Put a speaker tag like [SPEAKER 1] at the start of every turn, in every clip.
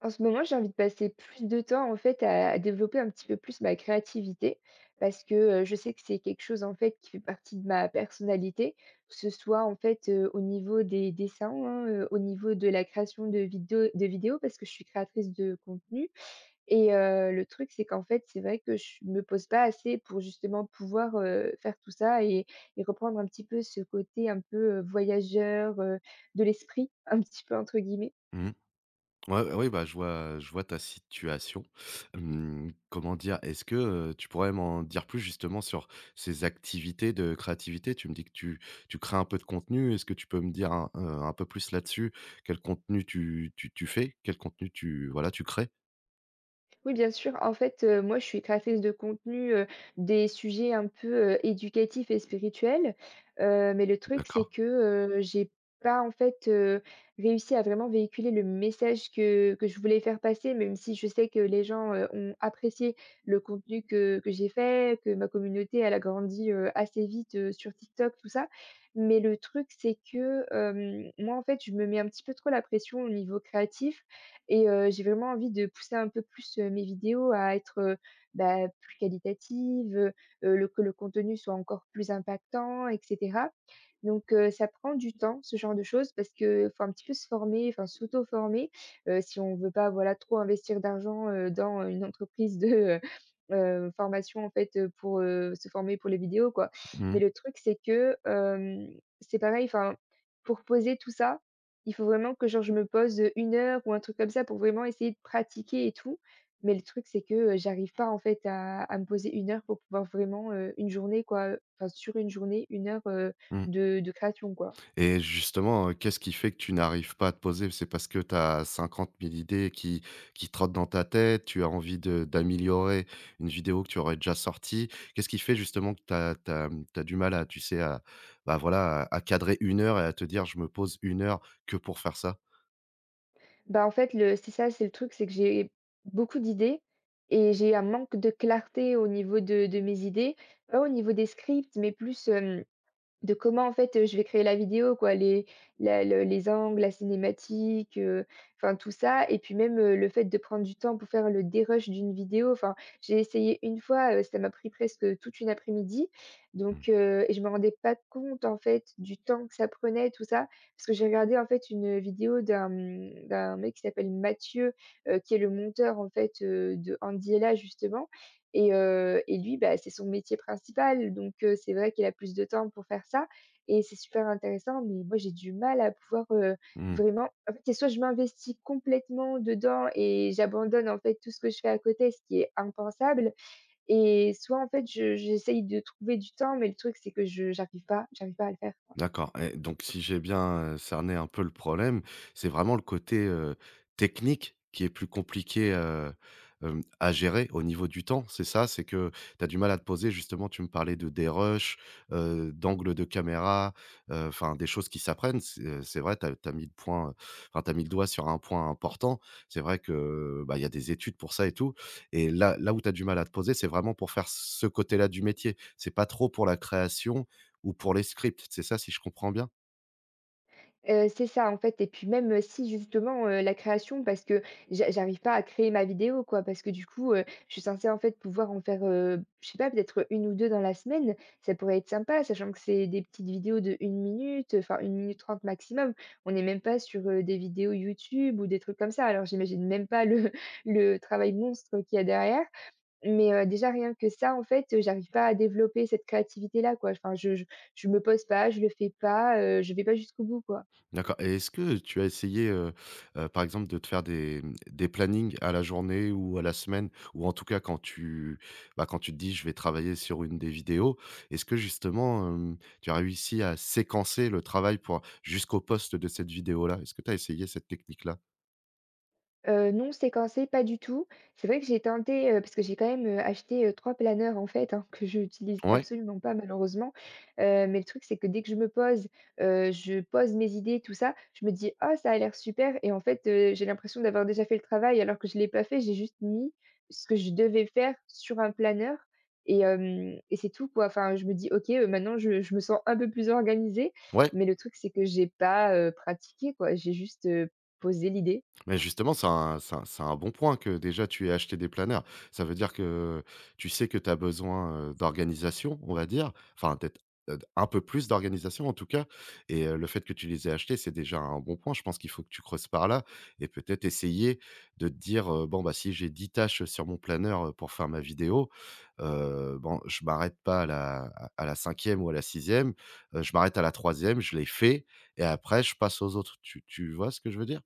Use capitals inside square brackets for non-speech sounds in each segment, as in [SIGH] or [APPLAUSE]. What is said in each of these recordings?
[SPEAKER 1] En ce moment, j'ai envie de passer plus de temps en fait à développer un petit peu plus ma créativité parce que je sais que c'est quelque chose en fait qui fait partie de ma personnalité, que ce soit en fait au niveau des dessins, hein, au niveau de la création de vidéos parce que je suis créatrice de contenu. Et le truc, c'est qu'en fait, c'est vrai que je me pose pas assez pour justement pouvoir faire tout ça et reprendre un petit peu ce côté un peu voyageur, de l'esprit, un petit peu entre guillemets.
[SPEAKER 2] Mmh. Ouais, ouais, oui, bah, je vois ta situation. Comment dire? Est-ce que, tu pourrais m'en dire plus justement sur ces activités de créativité? Tu me dis que tu crées un peu de contenu. Est-ce que tu peux me dire un peu plus là-dessus? Quel contenu tu fais? Quel contenu tu voilà, tu crées?
[SPEAKER 1] Oui, bien sûr. En fait, moi, je suis créatrice de contenu, des sujets un peu, éducatifs et spirituels. Mais le truc, c'est
[SPEAKER 2] D'accord.
[SPEAKER 1] que, j'ai pas, en fait, réussi à vraiment véhiculer le message que je voulais faire passer, même si je sais que les gens, ont apprécié le contenu que j'ai fait, que ma communauté, elle a grandi, assez vite, sur TikTok, tout ça. Mais le truc, c'est que, moi, en fait, je me mets un petit peu trop la pression au niveau créatif, et j'ai vraiment envie de pousser un peu plus, mes vidéos à être, plus qualitatives, le que le contenu soit encore plus impactant et cetera. Donc ça prend du temps, ce genre de choses, parce que faut un petit peu se former, enfin s'auto-former, si on veut pas, voilà, trop investir d'argent, dans une entreprise de, [LAUGHS] heu formation en fait, pour, se former pour les vidéos, quoi. Mais
[SPEAKER 2] Mmh.
[SPEAKER 1] le truc, c'est que, c'est pareil, enfin, pour poser tout ça il faut vraiment que genre je me pose, 1 heure ou un truc comme ça pour vraiment essayer de pratiquer et tout. Mais le truc, c'est que, j'arrive pas en fait à me poser une heure pour pouvoir vraiment, une journée quoi, enfin sur une journée, une heure,
[SPEAKER 2] Mh.
[SPEAKER 1] de création quoi.
[SPEAKER 2] Et justement, qu'est-ce qui fait que tu n'arrives pas à te poser? C'est parce que tu as 50 000 idées qui trottent dans ta tête, tu as envie de d'améliorer une vidéo que tu aurais déjà sortie? Qu'est-ce qui fait justement que tu as du mal à, tu sais, à, bah, voilà, à cadrer une heure et à te dire: «Je me pose une heure que pour faire ça»?
[SPEAKER 1] Bah, en fait le c'est ça, c'est le truc, c'est que j'ai beaucoup d'idées et j'ai un manque de clarté au niveau de mes idées, pas au niveau des scripts, mais plus, hem de comment en fait, je vais créer la vidéo quoi, les angles, la cinématique, enfin tout ça et puis même, le fait de prendre du temps pour faire le dérush d'une vidéo. Enfin, j'ai essayé une fois, ça m'a pris presque toute une après-midi donc
[SPEAKER 2] Mmh.
[SPEAKER 1] et je me rendais pas compte en fait du temps que ça prenait tout ça. Parce que j'ai regardé en fait une vidéo d'un, mmh, d'un mec qui s'appelle Mathieu, qui est le monteur en fait, de Andy justement et lui, bah, c'est son métier principal, donc c'est vrai qu'il a plus de temps pour faire ça et c'est super intéressant, mais moi, j'ai du mal à pouvoir,
[SPEAKER 2] Mmh.
[SPEAKER 1] vraiment en fait, c'est soit je m'investis complètement dedans et j'abandonne, en fait, tout ce que je fais à côté, ce qui est impensable et soit, en fait, je j'essaye de trouver du temps, mais le truc, c'est que je j'arrive pas à le faire.
[SPEAKER 2] D'accord et donc si j'ai bien, cerné un peu le problème, c'est vraiment le côté, technique qui est plus compliqué, à gérer au niveau du temps, c'est ça? C'est que tu as du mal à te poser. Justement, tu me parlais de dérush, d'angle de caméra, enfin des choses qui s'apprennent. C'est vrai, tu as mis le point, enfin t'as mis le doigt sur un point important. C'est vrai que, bah, il y a des études pour ça et tout et là où tu as du mal à te poser, c'est vraiment pour faire ce côté-là du métier. C'est pas trop pour la création, ou pour les scripts, c'est ça si je comprends bien?
[SPEAKER 1] C'est ça, en fait et puis même, si justement, la création parce que j'arrive pas à créer ma vidéo, quoi, parce que du coup, je suis censée, en fait, pouvoir en faire, je sais pas, peut-être une ou 2 dans la semaine. Ça pourrait être sympa, sachant que c'est des petites vidéos de une minute, enfin une minute 30 maximum. On est même pas sur, des vidéos YouTube ou des trucs comme ça. Alors j'imagine même pas le [LAUGHS] le travail monstre qu'il y a derrière. Mais, déjà rien que ça, en fait, j'arrive pas à développer cette créativité-là, quoi. Enfin, je je me pose pas, je le fais pas, je vais pas jusqu'au bout, quoi.
[SPEAKER 2] D'accord. Et est-ce que tu as essayé, par exemple, de te faire des plannings à la journée ou à la semaine? Ou en tout cas quand tu, bah, quand tu te dis: «Je vais travailler sur une des vidéos», est-ce que justement, tu as réussi à séquencer le travail pour jusqu'au poste de cette vidéo-là? Est-ce que tu as essayé cette technique-là?
[SPEAKER 1] Non séquencé, pas du tout. C'est vrai que j'ai tenté, parce que j'ai quand même, acheté, 3 planeurs en fait, hein, [LAUGHS] que je n'utilise
[SPEAKER 2] Ouais,
[SPEAKER 1] absolument pas malheureusement. Mais le truc c'est que dès que je me pose, je pose mes idées tout ça, je me dis: «Ah ça a l'air super» et en fait, j'ai l'impression d'avoir déjà fait le travail alors que je ne l'ai pas fait. J'ai juste mis ce que je devais faire sur un planeur et hem et c'est tout quoi. Enfin, je me dis: «OK, maintenant je me sens un peu plus organisée»
[SPEAKER 2] ouais.
[SPEAKER 1] mais le truc c'est que j'ai pas, pratiqué quoi. J'ai juste, posé l'idée.
[SPEAKER 2] Mais justement, c'est un c'est un bon point que déjà tu aies acheté des planeurs. Ça veut dire que tu sais que tu as besoin, d'organisation, on va dire, enfin peut-être, un peu plus d'organisation en tout cas et le fait que tu les aies achetés, c'est déjà un bon point. Je pense qu'il faut que tu creuses par là et peut-être essayer de te dire, «Bon, bah, si j'ai 10 tâches sur mon planeur, pour faire ma vidéo, bon, je m'arrête pas à la 5 ou à la sixième, e je m'arrête à la troisième, je les fais et après je passe aux autres». Tu vois ce que je veux dire?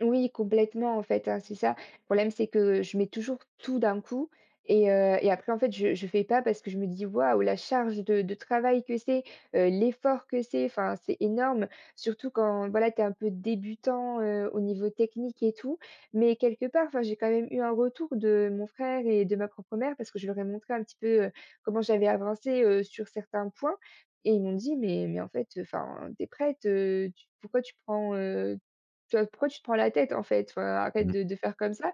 [SPEAKER 1] Oui, complètement, en fait, hein, c'est ça. Le problème, c'est que je mets toujours tout d'un coup et après, en fait, je fais pas parce que je me dis: «Waouh, la charge de travail que c'est, l'effort que c'est», enfin, c'est énorme. Surtout quand, voilà, tu es un peu débutant, au niveau technique et tout. Mais quelque part, enfin, j'ai quand même eu un retour de mon frère et de ma propre mère parce que je leur ai montré un petit peu, comment j'avais avancé, sur certains points et ils m'ont dit: «Mais en fait, enfin, t'es prête, tu pourquoi tu prends,» Tu vois? Pourquoi tu te prends la tête en fait? Enfin, arrête de faire comme ça.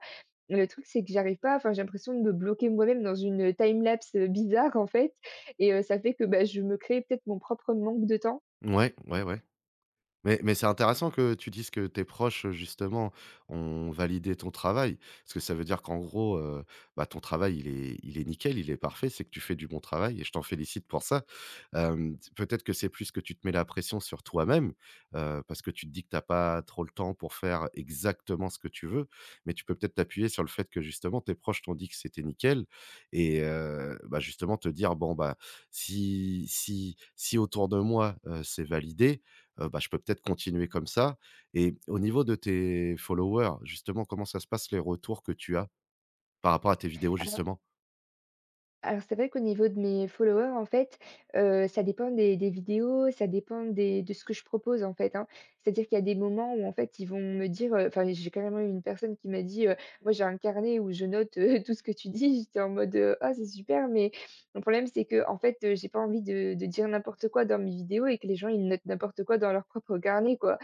[SPEAKER 1] Le truc, c'est que j'arrive pas, enfin, j'ai l'impression de me bloquer moi-même dans une, time lapse bizarre en fait et ça fait que, bah, je me crée peut-être mon propre manque de temps.
[SPEAKER 2] Ouais, ouais, ouais. Mais c'est intéressant que tu dises que tes proches, justement, ont validé ton travail. Parce que ça veut dire qu'en gros, bah, ton travail, il est nickel, il est parfait, c'est que tu fais du bon travail et je t'en félicite pour ça. Peut-être que c'est plus que tu te mets la pression sur toi-même, parce que tu te dis que tu as pas trop le temps pour faire exactement ce que tu veux. Mais tu peux peut-être t'appuyer sur le fait que, justement, tes proches t'ont dit que c'était nickel et bah, justement te dire: «Bon, bah, si si autour de moi, c'est validé, bah, je peux peut-être continuer comme ça». Et au niveau de tes followers, justement, comment ça se passe les retours que tu as par rapport à tes vidéos, justement?
[SPEAKER 1] Alors c'est vrai qu'au niveau de mes followers, en fait, ça dépend des vidéos, ça dépend des de ce que je propose, en fait, hein. C'est-à-dire qu'il y a des moments où, en fait, ils vont me dire, enfin, j'ai carrément eu une personne qui m'a dit, «Moi, j'ai un carnet où je note, [LAUGHS] tout ce que tu dis». J'étais en mode, «Ah, c'est super, mais le problème, c'est que en fait, j'ai pas envie de dire n'importe quoi dans mes vidéos et que les gens, ils notent n'importe quoi dans leur propre carnet, quoi».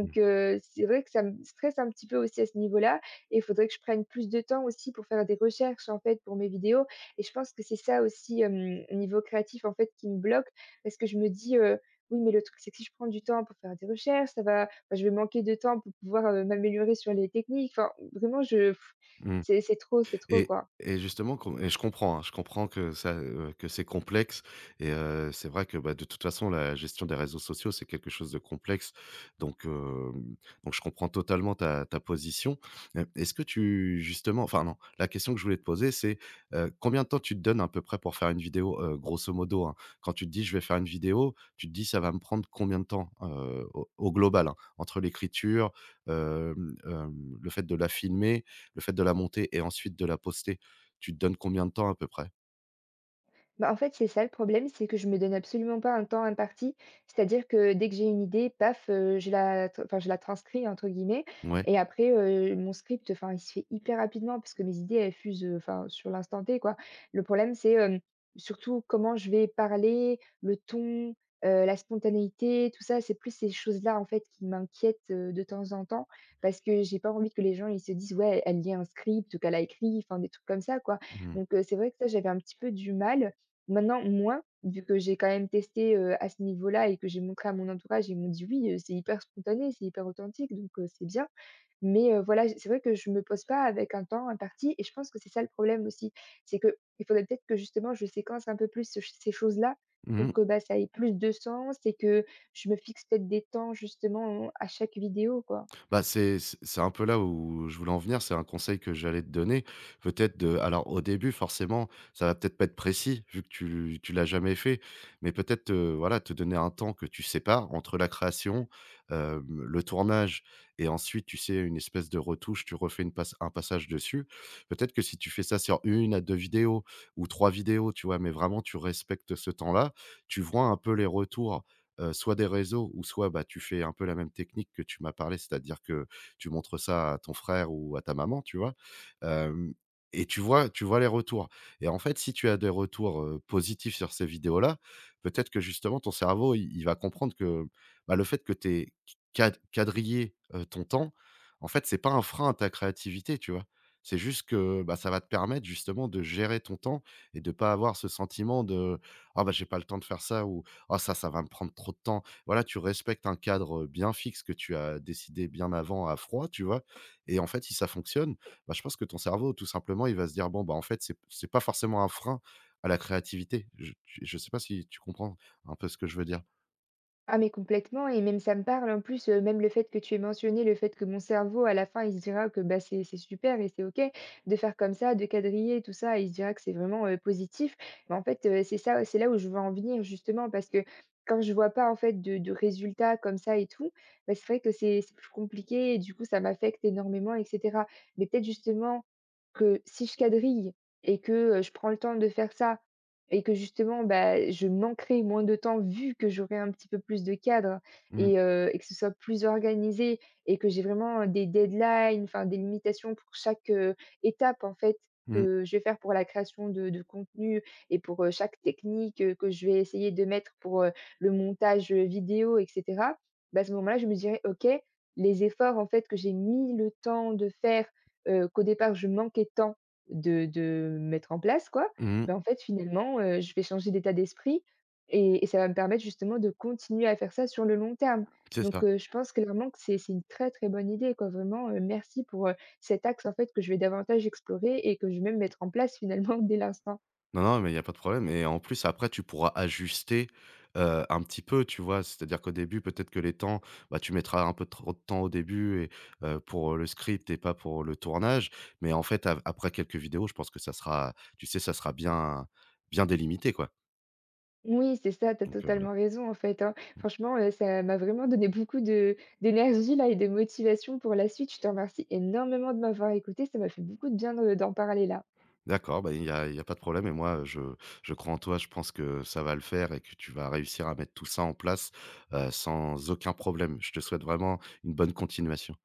[SPEAKER 2] Mmh.
[SPEAKER 1] c'est vrai que ça me stresse un petit peu aussi à ce niveau-là et il faudrait que je prenne plus de temps aussi pour faire des recherches, en fait, pour mes vidéos. Et je pense que c'est ça aussi, niveau créatif, en fait, qui me bloque parce que je me dis, «Oui, mais le truc, c'est que si je prends du temps pour faire des recherches, ça va enfin, je vais manquer de temps pour pouvoir, m'améliorer sur les techniques». Enfin, vraiment, je pff,
[SPEAKER 2] Mmh.
[SPEAKER 1] c'est trop, c'est trop,
[SPEAKER 2] Et
[SPEAKER 1] quoi.
[SPEAKER 2] et justement com et je comprends, hein, je comprends que ça, que c'est complexe et c'est vrai que, bah, de toute façon, la gestion des réseaux sociaux, c'est quelque chose de complexe donc hem, donc je comprends totalement ta position. Est-ce que tu, justement, enfin non, la question que je voulais te poser, c'est, combien de temps tu te donnes à peu près pour faire une vidéo, grosso modo, hein? Quand tu te dis: «Je vais faire une vidéo», tu te dis: «Ça va me prendre combien de temps?» Au global, hein, entre l'écriture, le fait de la filmer, le fait de la monter et ensuite de la poster, tu te donnes combien de temps à peu près?
[SPEAKER 1] Bah, en fait, c'est ça le problème, c'est que je me donne absolument pas un temps imparti. C'est-à-dire que dès que j'ai une idée, paf, je la t enfin, je la «transcris» entre guillemets
[SPEAKER 2] Ouais.
[SPEAKER 1] et après, mon script, enfin, il se fait hyper rapidement parce que mes idées, elles fusent, enfin, sur l'instant T, quoi. Le problème, c'est, surtout comment je vais parler, le ton, la spontanéité, tout ça. C'est plus ces choses-là, en fait, qui m'inquiètent, de temps en temps parce que j'ai pas envie que les gens, ils se disent: «Ouais, elle lit un script ou qu'elle a écrit», enfin, des trucs comme ça, quoi.
[SPEAKER 2] Mmh.
[SPEAKER 1] Donc c'est vrai que ça, j'avais un petit peu du mal. Maintenant, moi, vu que j'ai quand même testé, à ce niveau-là et que j'ai montré à mon entourage, ils m'ont dit: «Oui, c'est hyper spontané, c'est hyper authentique, donc c'est bien». Mais voilà, j c'est vrai que je me pose pas avec un temps imparti et je pense que c'est ça le problème aussi. C'est que il faudrait peut-être que justement je séquence un peu plus ce ces choses-là pour
[SPEAKER 2] Mmh.
[SPEAKER 1] que, bah, ça ait plus de sens et que je me fixe peut-être des temps justement à chaque vidéo, quoi.
[SPEAKER 2] Bah, c'est un peu là où je voulais en venir, c'est un conseil que j'allais te donner. Peut-être de alors au début forcément, ça va peut-être pas être précis vu que tu l'as jamais fait, mais peut-être, voilà, te donner un temps que tu sépares entre la création, le tournage et ensuite, tu sais, une espèce de retouche, tu refais une passe un passage dessus. Peut-être que si tu fais ça sur une à 2 vidéos ou 3 vidéos, tu vois? Mais vraiment tu respectes ce temps-là, tu vois un peu les retours, soit des réseaux ou soit, bah, tu fais un peu la même technique que tu m'as parlé, c'est-à-dire que tu montres ça à ton frère ou à ta maman, tu vois? Hem Et tu vois les retours et en fait, si tu as des retours, positifs sur ces vidéos-là, peut-être que justement ton cerveau, il va comprendre que, bah, le fait que tu aies quadrillé, ton temps, en fait, c'est pas un frein à ta créativité, tu vois? C'est juste que, bah, ça va te permettre justement de gérer ton temps et de pas avoir ce sentiment de: «Ah bah, j'ai pas le temps de faire ça», «Ah ça, ça va me prendre trop de temps». Voilà, tu respectes un cadre bien fixe que tu as décidé bien avant à froid, tu vois? Et en fait, si ça fonctionne, bah, je pense que ton cerveau, tout simplement, il va se dire: «Bon, bah, en fait, c'est pas forcément un frein à la créativité». Je sais pas si tu comprends un peu ce que je veux dire?
[SPEAKER 1] Ah mais complètement et même ça me parle en plus, même le fait que tu aies mentionné le fait que mon cerveau à la fin il se dira que, bah, c'est super et c'est OK de faire comme ça, de quadriller tout ça et il se dira que c'est vraiment, positif. Mais en fait, c'est ça c'est là où je veux en venir justement parce que quand je vois pas en fait de résultats comme ça et tout, bah, c'est vrai que c'est plus compliqué et du coup ça m'affecte énormément et cetera. Mais peut-être justement que si je quadrille et que, je prends le temps de faire ça et que justement, bah, je manquerai moins de temps vu que j'aurai un petit peu plus de cadre
[SPEAKER 2] Mmh,
[SPEAKER 1] et que ce soit plus organisé et que j'ai vraiment des deadlines, enfin des limitations pour chaque, étape en fait
[SPEAKER 2] mmh,
[SPEAKER 1] que je vais faire pour la création de contenu et pour, chaque technique, que je vais essayer de mettre pour, le montage, vidéo et cetera. Bah, à ce moment-là, je me dirais: «OK, les efforts en fait que j'ai mis le temps de faire, qu'au départ je manquais tant de mettre en place quoi,
[SPEAKER 2] mmh,
[SPEAKER 1] ben en fait, finalement, je vais changer d'état d'esprit et ça va me permettre justement de continuer à faire ça sur le long terme.
[SPEAKER 2] c'est
[SPEAKER 1] Donc,
[SPEAKER 2] ça.
[SPEAKER 1] je pense clairement que c'est une très, très bonne idée, quoi. Vraiment, merci pour, cet axe, en fait, que je vais davantage explorer et que je vais même mettre en place finalement [LAUGHS] dès l'instant.
[SPEAKER 2] Non, non, mais il n'y a pas de problème et en plus, après, tu pourras ajuster, un petit peu, tu vois? C'est-à-dire qu'au début, peut-être que les temps, bah, tu mettras un peu trop de temps au début et pour le script et pas pour le tournage. Mais en fait, av après quelques vidéos, je pense que ça sera, tu sais, ça sera bien bien délimité, quoi.
[SPEAKER 1] Oui, c'est ça, tu as
[SPEAKER 2] Donc voilà.
[SPEAKER 1] totalement raison, en fait, hein.
[SPEAKER 2] Mmh.
[SPEAKER 1] Franchement, ça m'a vraiment donné beaucoup de d'énergie là et de motivation pour la suite. Je te remercie énormément de m'avoir écouté ça m'a fait beaucoup de bien de d'en parler là.
[SPEAKER 2] D'accord, bah, il y a pas de problème et moi, je crois en toi, je pense que ça va le faire et que tu vas réussir à mettre tout ça en place, sans aucun problème. Je te souhaite vraiment une bonne continuation.